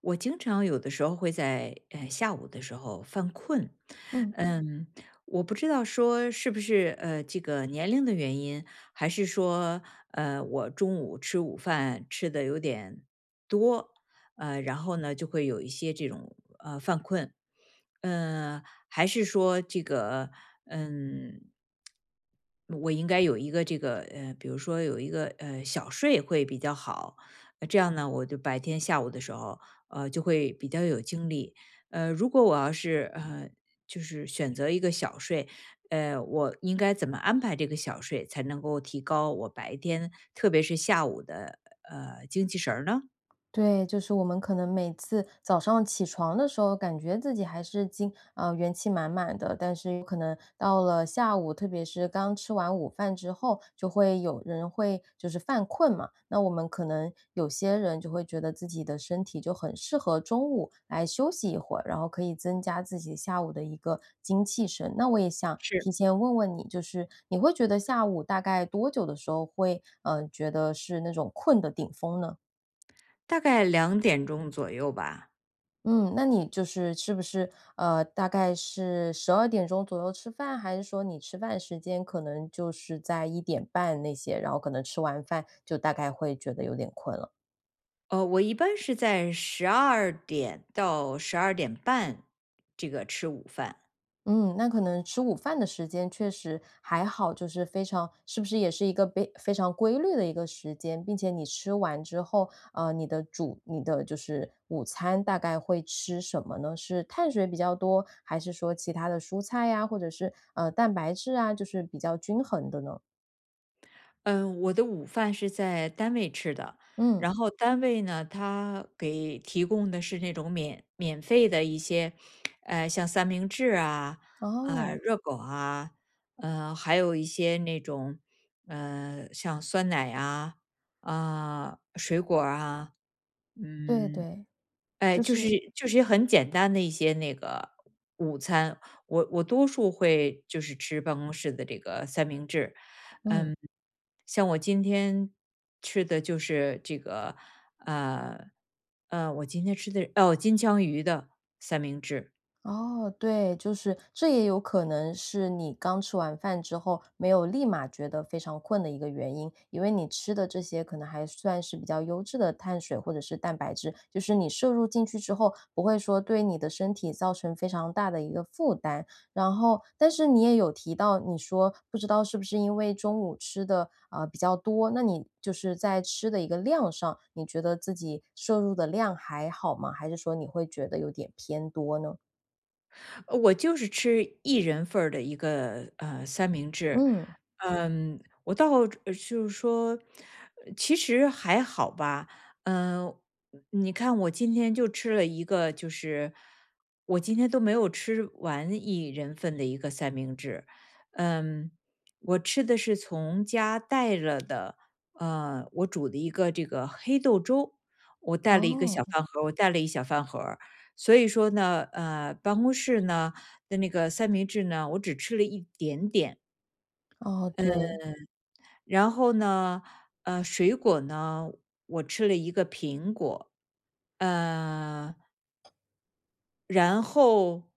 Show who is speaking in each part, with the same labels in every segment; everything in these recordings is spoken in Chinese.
Speaker 1: 我经常有的时候会在下午的时候犯困。
Speaker 2: 嗯，
Speaker 1: 嗯。我不知道说是不是这个年龄的原因，还是说我中午吃午饭吃的有点多，然后呢就会有一些这种犯困，嗯、还是说这个嗯。我应该有一个这个比如说有一个小睡会比较好。这样呢，我就白天下午的时候就会比较有精力。如果我要是就是选择一个小睡，我应该怎么安排这个小睡，才能够提高我白天，特别是下午的精气神儿呢？
Speaker 2: 对，就是我们可能每次早上起床的时候，感觉自己还是精啊元气满满的，但是有可能到了下午，特别是刚吃完午饭之后，就会有人会就是犯困嘛。那我们可能有些人就会觉得自己的身体就很适合中午来休息一会儿，然后可以增加自己下午的一个精气神。那我也想
Speaker 1: 是，
Speaker 2: 提前问问你，就是你会觉得下午大概多久的时候会，觉得是那种困的顶峰呢？
Speaker 1: 大概2点钟左右吧。
Speaker 2: 嗯，那你就是是不是大概是12点钟左右吃饭，还是说你吃饭时间可能就是在1点半那些，然后可能吃完饭就大概会觉得有点困了？
Speaker 1: 哦，我一般是在十二点到12点半这个吃午饭。
Speaker 2: 嗯，那可能吃午饭的时间确实还好，就是非常是不是也是一个非常规律的一个时间，并且你吃完之后，你的就是午餐大概会吃什么呢？是碳水比较多，还是说其他的蔬菜呀，或者是蛋白质啊，就是比较均衡的呢？
Speaker 1: 嗯，我的午饭是在单位吃的。
Speaker 2: 嗯，
Speaker 1: 然后单位呢，他给提供的是那种免费的一些，像三明治啊、啊、
Speaker 2: 哦，
Speaker 1: 热狗啊，还有一些那种，像酸奶啊、啊、水果儿啊。
Speaker 2: 对
Speaker 1: 嗯。
Speaker 2: 对，
Speaker 1: 哎，
Speaker 2: 就
Speaker 1: 就是
Speaker 2: 是
Speaker 1: 很简单的一些那个午餐，我多数会就是吃办公室的这个三明治。
Speaker 2: 嗯。
Speaker 1: 像我今天吃的就是这个，呃我今天吃的哦，金枪鱼的三明治。
Speaker 2: 哦，对，就是这也有可能是你刚吃完饭之后没有立马觉得非常困的一个原因，因为你吃的这些可能还算是比较优质的碳水或者是蛋白质，就是你摄入进去之后，不会说对你的身体造成非常大的一个负担。然后，但是你也有提到，你说不知道是不是因为中午吃的比较多，那你就是在吃的一个量上，你觉得自己摄入的量还好吗？还是说你会觉得有点偏多呢？
Speaker 1: 我就是吃一人份儿的一个三明治。
Speaker 2: 嗯，
Speaker 1: 嗯，我倒就是说，其实还好吧。嗯，你看我今天就吃了一个，就是我今天都没有吃完一人份的一个三明治。嗯，我吃的是从家带了的，我煮的一个这个黑豆粥。
Speaker 2: 哦，
Speaker 1: 我带了一小饭盒儿。所以说呢，办公室呢的那个三明治呢，我只吃了一点点。
Speaker 2: 哦，对，
Speaker 1: 然后呢，水果呢，我吃了一个苹果。呃，然后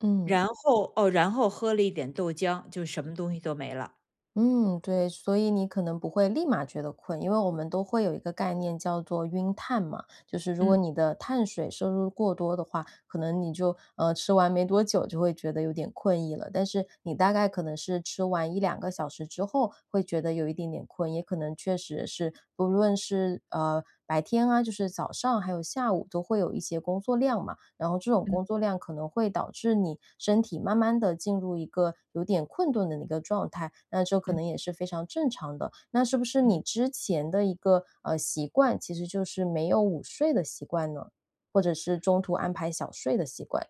Speaker 2: 嗯，
Speaker 1: 然后然后喝了一点豆浆，就什么东西都没了。
Speaker 2: 嗯，对，所以你可能不会立马觉得困，因为我们都会有一个概念叫做“晕碳”嘛，就是如果
Speaker 1: 嗯。
Speaker 2: 你的碳水摄入过多的话，可能你就吃完没多久就会觉得有点困意了，但是你大概可能是吃完1两个小时之后会觉得有一点点困，也可能确实是不论是白天啊，就是早上还有下午都会有一些工作量嘛，然后这种工作量可能会导致你身体慢慢的进入一个有点困顿的一个状态，那这可
Speaker 1: 嗯。
Speaker 2: 能也是非常正常的。那是不是你
Speaker 1: 嗯。
Speaker 2: 之前的一个，呃，习惯，其实就是没有午睡的习惯呢？或者是中途安排小睡的习惯？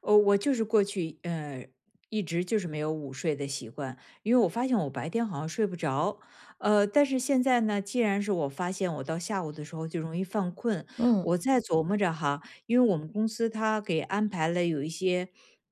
Speaker 1: 哦，我就是过去，一直就是没有午睡的习惯。因为我发现我白天好像睡不着。但是现在呢，既然是我发现我到下午的时候就容易犯困，
Speaker 2: 嗯。
Speaker 1: 我在琢磨着哈。因为我们公司他给安排了有一些，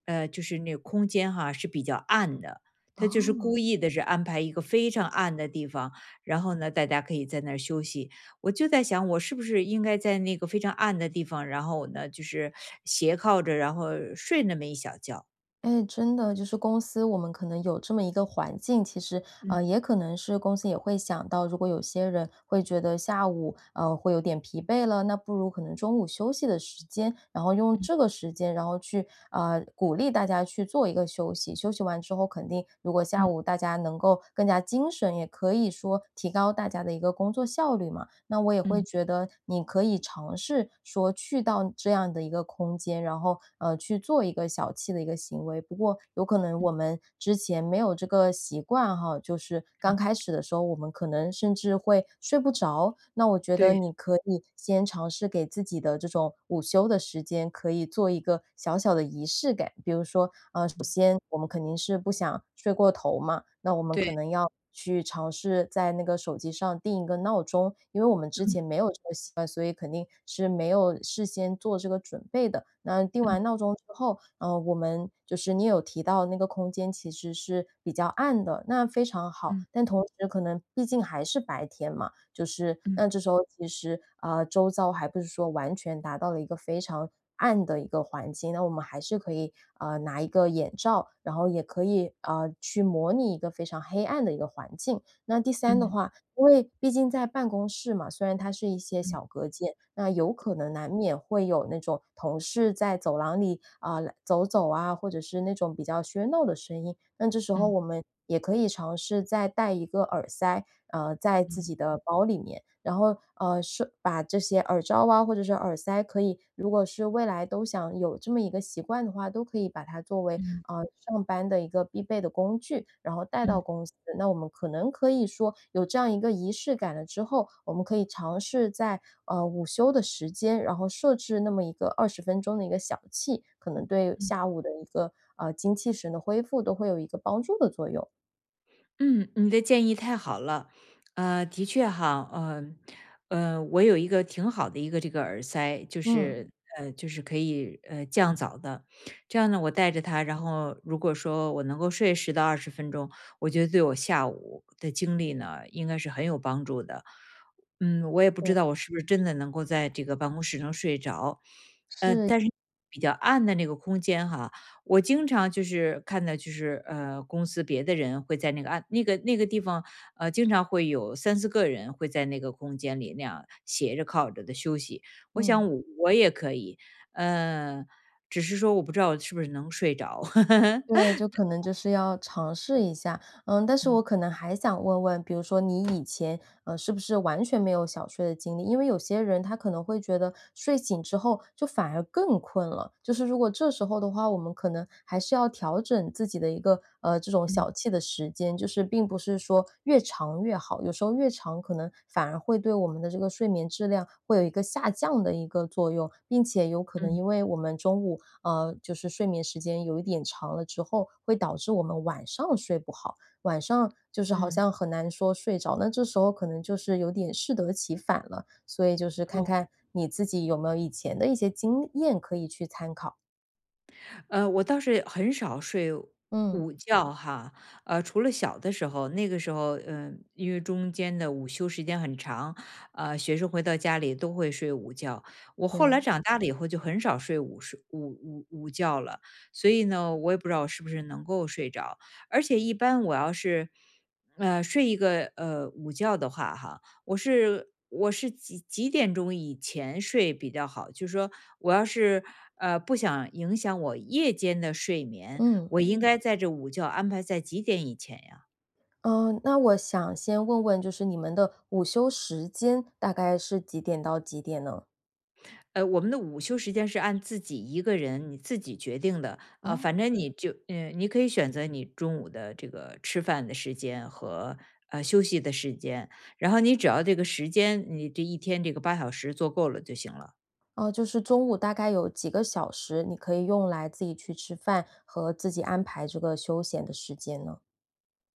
Speaker 1: 就是那个空间哈是比较暗的。他就是
Speaker 2: 哦。
Speaker 1: 故意的是安排一个非常暗的地方，然后呢，大家可以在那儿休息。我就在想，我是不是应该在那个非常暗的地方，然后呢，就是斜靠着，然后睡那么一小觉。
Speaker 2: 哎，真的就是公司，我们可能有这么一个环境，其实呃，
Speaker 1: 嗯
Speaker 2: 也可能是公司也会想到，如果有些人会觉得下午会有点疲惫了，那不如可能中午休息的时间，然后用这个时间，然后去鼓励大家去做一个休息。休息完之后，肯定如果下
Speaker 1: 嗯
Speaker 2: 午大家能够更加精神，也可以说提高大家的一个工作效率嘛。那我也会
Speaker 1: 嗯
Speaker 2: 觉得你可以尝试说去到这样的一个空间，然后去做一个小憩的一个行为。不过有可能我们之前没有这个习惯哈，就是刚
Speaker 1: 嗯，
Speaker 2: 开始的时候，我们可能甚至会睡不着。那我觉得
Speaker 1: 对
Speaker 2: 你可以先尝试给自己的这种午休的时间，可以做一个小小的仪式感。比如说，呃，首先我们肯定是不想睡过头嘛，那我们
Speaker 1: 对，
Speaker 2: 可能要去尝试在那个手机上定一个闹钟，因为我们之前没有这个习惯，所以肯定是没有事先做这个准备的。那定
Speaker 1: 嗯
Speaker 2: 完闹钟之后，嗯，我们就是你有提到那个空间其实是比较暗的，那非常好，
Speaker 1: 嗯
Speaker 2: 但同时可能毕竟还是白天嘛，就是
Speaker 1: 嗯
Speaker 2: 那这时候其实啊，呃，周遭还不是说完全达到了一个非常暗的一个环境，那我们还是可以，呃，拿一个眼罩，然后也可以，啊去模拟一个非常黑暗的一个环境。那第三的
Speaker 1: 嗯
Speaker 2: 话，因为毕竟在办公室嘛，虽然它是一些
Speaker 1: 嗯
Speaker 2: 小
Speaker 1: 嗯
Speaker 2: 隔间，那有可能难免会有那种同事在走廊里啊、来走走啊，或者是那种比较喧闹的声音。那这时候
Speaker 1: 嗯
Speaker 2: 我们也可以尝试再带一个耳塞，呃，在自
Speaker 1: 嗯
Speaker 2: 己的包里面，然后是把这些耳罩啊，或者是耳塞，可以如果是未来都想有这么一个习惯的话，都可以把它作为
Speaker 1: 嗯
Speaker 2: 啊，上班的一个必备的工具，然后带到
Speaker 1: 嗯。
Speaker 2: 公司。那我们可能可以说有这样一个仪式感了之后，我们可以尝试在午休的时间，然后设置那么一个20分钟的一个小憩，可能对下午的一个精气神的恢复都会有一个帮助的作用。
Speaker 1: 嗯，你的建议太好了。的确哈，我有一个挺好的一个这个耳塞，就
Speaker 2: 嗯，
Speaker 1: 是就是可以降噪的。这样呢，我带着它，然后如果说我能够睡10到20分钟，我觉得对我下午的精力呢，应该是很有帮助的。嗯，我也不
Speaker 2: 对，
Speaker 1: 知道我是不是真的能够在这个办公室能睡着。
Speaker 2: 是，
Speaker 1: 但是比较暗的那个空间哈，我经常就是看到，就是公司别的人会在那个地方。经常会有三四个人会在那个空间里那样斜着靠着的休息。我
Speaker 2: 嗯。
Speaker 1: 想我也可以。呃，只是说我不知道我是不是能睡着。
Speaker 2: 对，就可能就是要尝试一下。嗯，但是我
Speaker 1: 嗯
Speaker 2: 可能还想问问，比如说你以前，呃，是不是完全没有小睡的经历？因为有些人他可能会觉得睡醒之后就反而更困了，就是如果这时候的话，我们可能还是要调整自己的一个，呃，这种小憩的时间，就是并不是说越长越好，有时候越长可能反而会对我们的这个睡眠质量会有一个下降的一个作用，并且有可能
Speaker 1: 嗯
Speaker 2: 因为我们中午就是睡眠时间有一点长了之后，会导致我们晚上睡不好，晚上就是好
Speaker 1: 嗯，
Speaker 2: 像很难说睡着，那这时候可能就是有点适得其反了。所以就是看
Speaker 1: 嗯。
Speaker 2: 看你自己有没有以前的一些经验可以去参考。
Speaker 1: 我倒是很少睡
Speaker 2: 嗯，
Speaker 1: 午觉哈。除了小的时候，那个时候，因为中间的午休时间很长。学生回到家里都会睡午觉。我后来
Speaker 2: 对，
Speaker 1: 长大了以后就很少睡午觉了。所以呢，我也不知道我是不是能够睡着。而且一般我要是，睡一个午觉的话哈，我是几点钟以前睡比较好？就是说我要是不想影响我夜间的睡眠，
Speaker 2: 嗯。
Speaker 1: 我应该在这午觉安排在几点以前呀？
Speaker 2: 嗯，那我想先问问，就是你们的午休时间大概是几点到几点呢？
Speaker 1: 我们的午休时间是按自己一个人你自己决定的。
Speaker 2: 哦。
Speaker 1: 反正你就你可以选择你中午的这个吃饭的时间和休息的时间。然后你只要这个时间，你这一天这个8小时做够了就行了。
Speaker 2: 哦，就是中午大概有几个小时，你可以用来自己去吃饭和自己安排这个休闲的时间呢？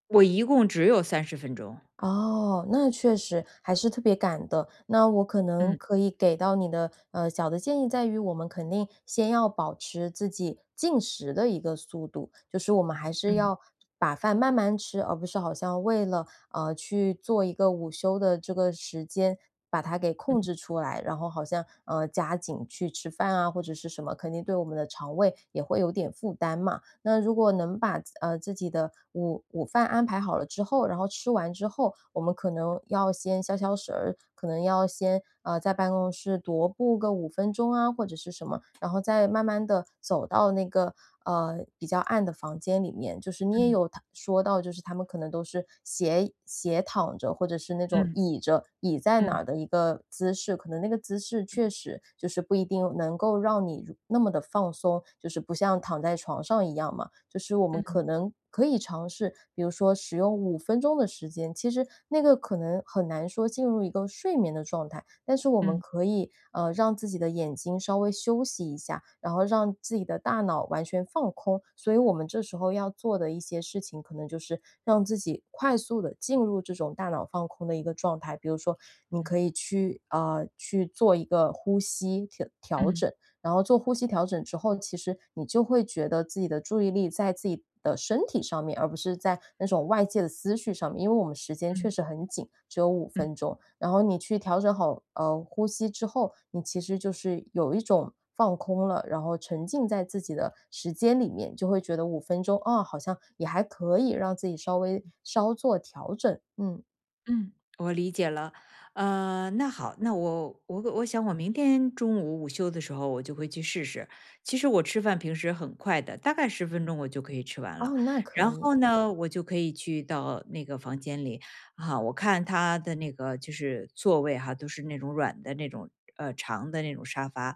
Speaker 1: 我一共只有30分钟。
Speaker 2: 哦，那确实还是特别赶的。那我可能
Speaker 1: 嗯
Speaker 2: 可以给到你的小的建议在于，我们肯定先要保持自己进食的一个速度，就是我们还是
Speaker 1: 嗯
Speaker 2: 要把饭慢慢吃，而不是好像为了去做一个午休的这个时间。把它给控制出来，然后好像加紧去吃饭啊，或者是什么，肯定对我们的肠胃也会有点负担嘛。那如果能把自己的午饭安排好了之后，然后吃完之后，我们可能要先消消食儿，可能要先在办公室踱步个五分钟啊，或者是什么，然后再慢慢的走到那个比较暗的房间里面，就是你也有
Speaker 1: 嗯。
Speaker 2: 他说到，就是他们可能都是斜斜躺着，或者是那种
Speaker 1: 嗯
Speaker 2: 倚在哪
Speaker 1: 嗯
Speaker 2: 儿的一个姿势，可能那个姿势确实就是不一定能够让你如那么的放松，就是不像躺在床上一样嘛。就是我们
Speaker 1: 嗯
Speaker 2: 可能可以尝试，比如说使用五分钟的时间，其实那个可能很难说进入一个睡眠的状态，但是我们
Speaker 1: 嗯
Speaker 2: 可以让自己的眼睛稍微休息一下，然后让自己的大脑完全放空。所以我们这时候要做的一些事情，可能就是让自己快速的进入这种大脑放空的一个状态。比如说，你可以去去做一个呼吸调调
Speaker 1: 嗯
Speaker 2: 整，然后做呼吸调整之后，其实你就会觉得自己的注意力在自己的身体上面，而不是在那种外界的思绪上面。因为我们时间
Speaker 1: 嗯
Speaker 2: 确
Speaker 1: 嗯。
Speaker 2: 实很紧，只有五分钟。然后你去调整好，呃，呼吸之后，你其实就是有一种放空了，然后沉浸在自己的时间里面，就会觉得五分钟，啊，好像也还可以让自己稍微稍作调整。嗯，
Speaker 1: 嗯，我理解了。那好。那我想我明天中午午休的时候，我就会去试试。其实我吃饭平时很快的，大概十分钟我就可以吃完了。
Speaker 2: 哦，那可
Speaker 1: 然
Speaker 2: 以，
Speaker 1: 后呢，我就可以去到那个房间里。啊，我看他的那个就是座位哈，都是那种软的那种长的那种沙发。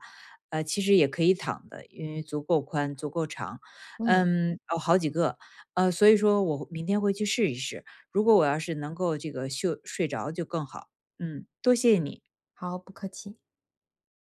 Speaker 1: 其实也可以躺的，因为足够宽足够长。
Speaker 2: 嗯，
Speaker 1: 嗯，有好几个。所以说我明天会去试一试。如果我要是能够这个睡着就更好。嗯，多谢你。
Speaker 2: 好，不客气。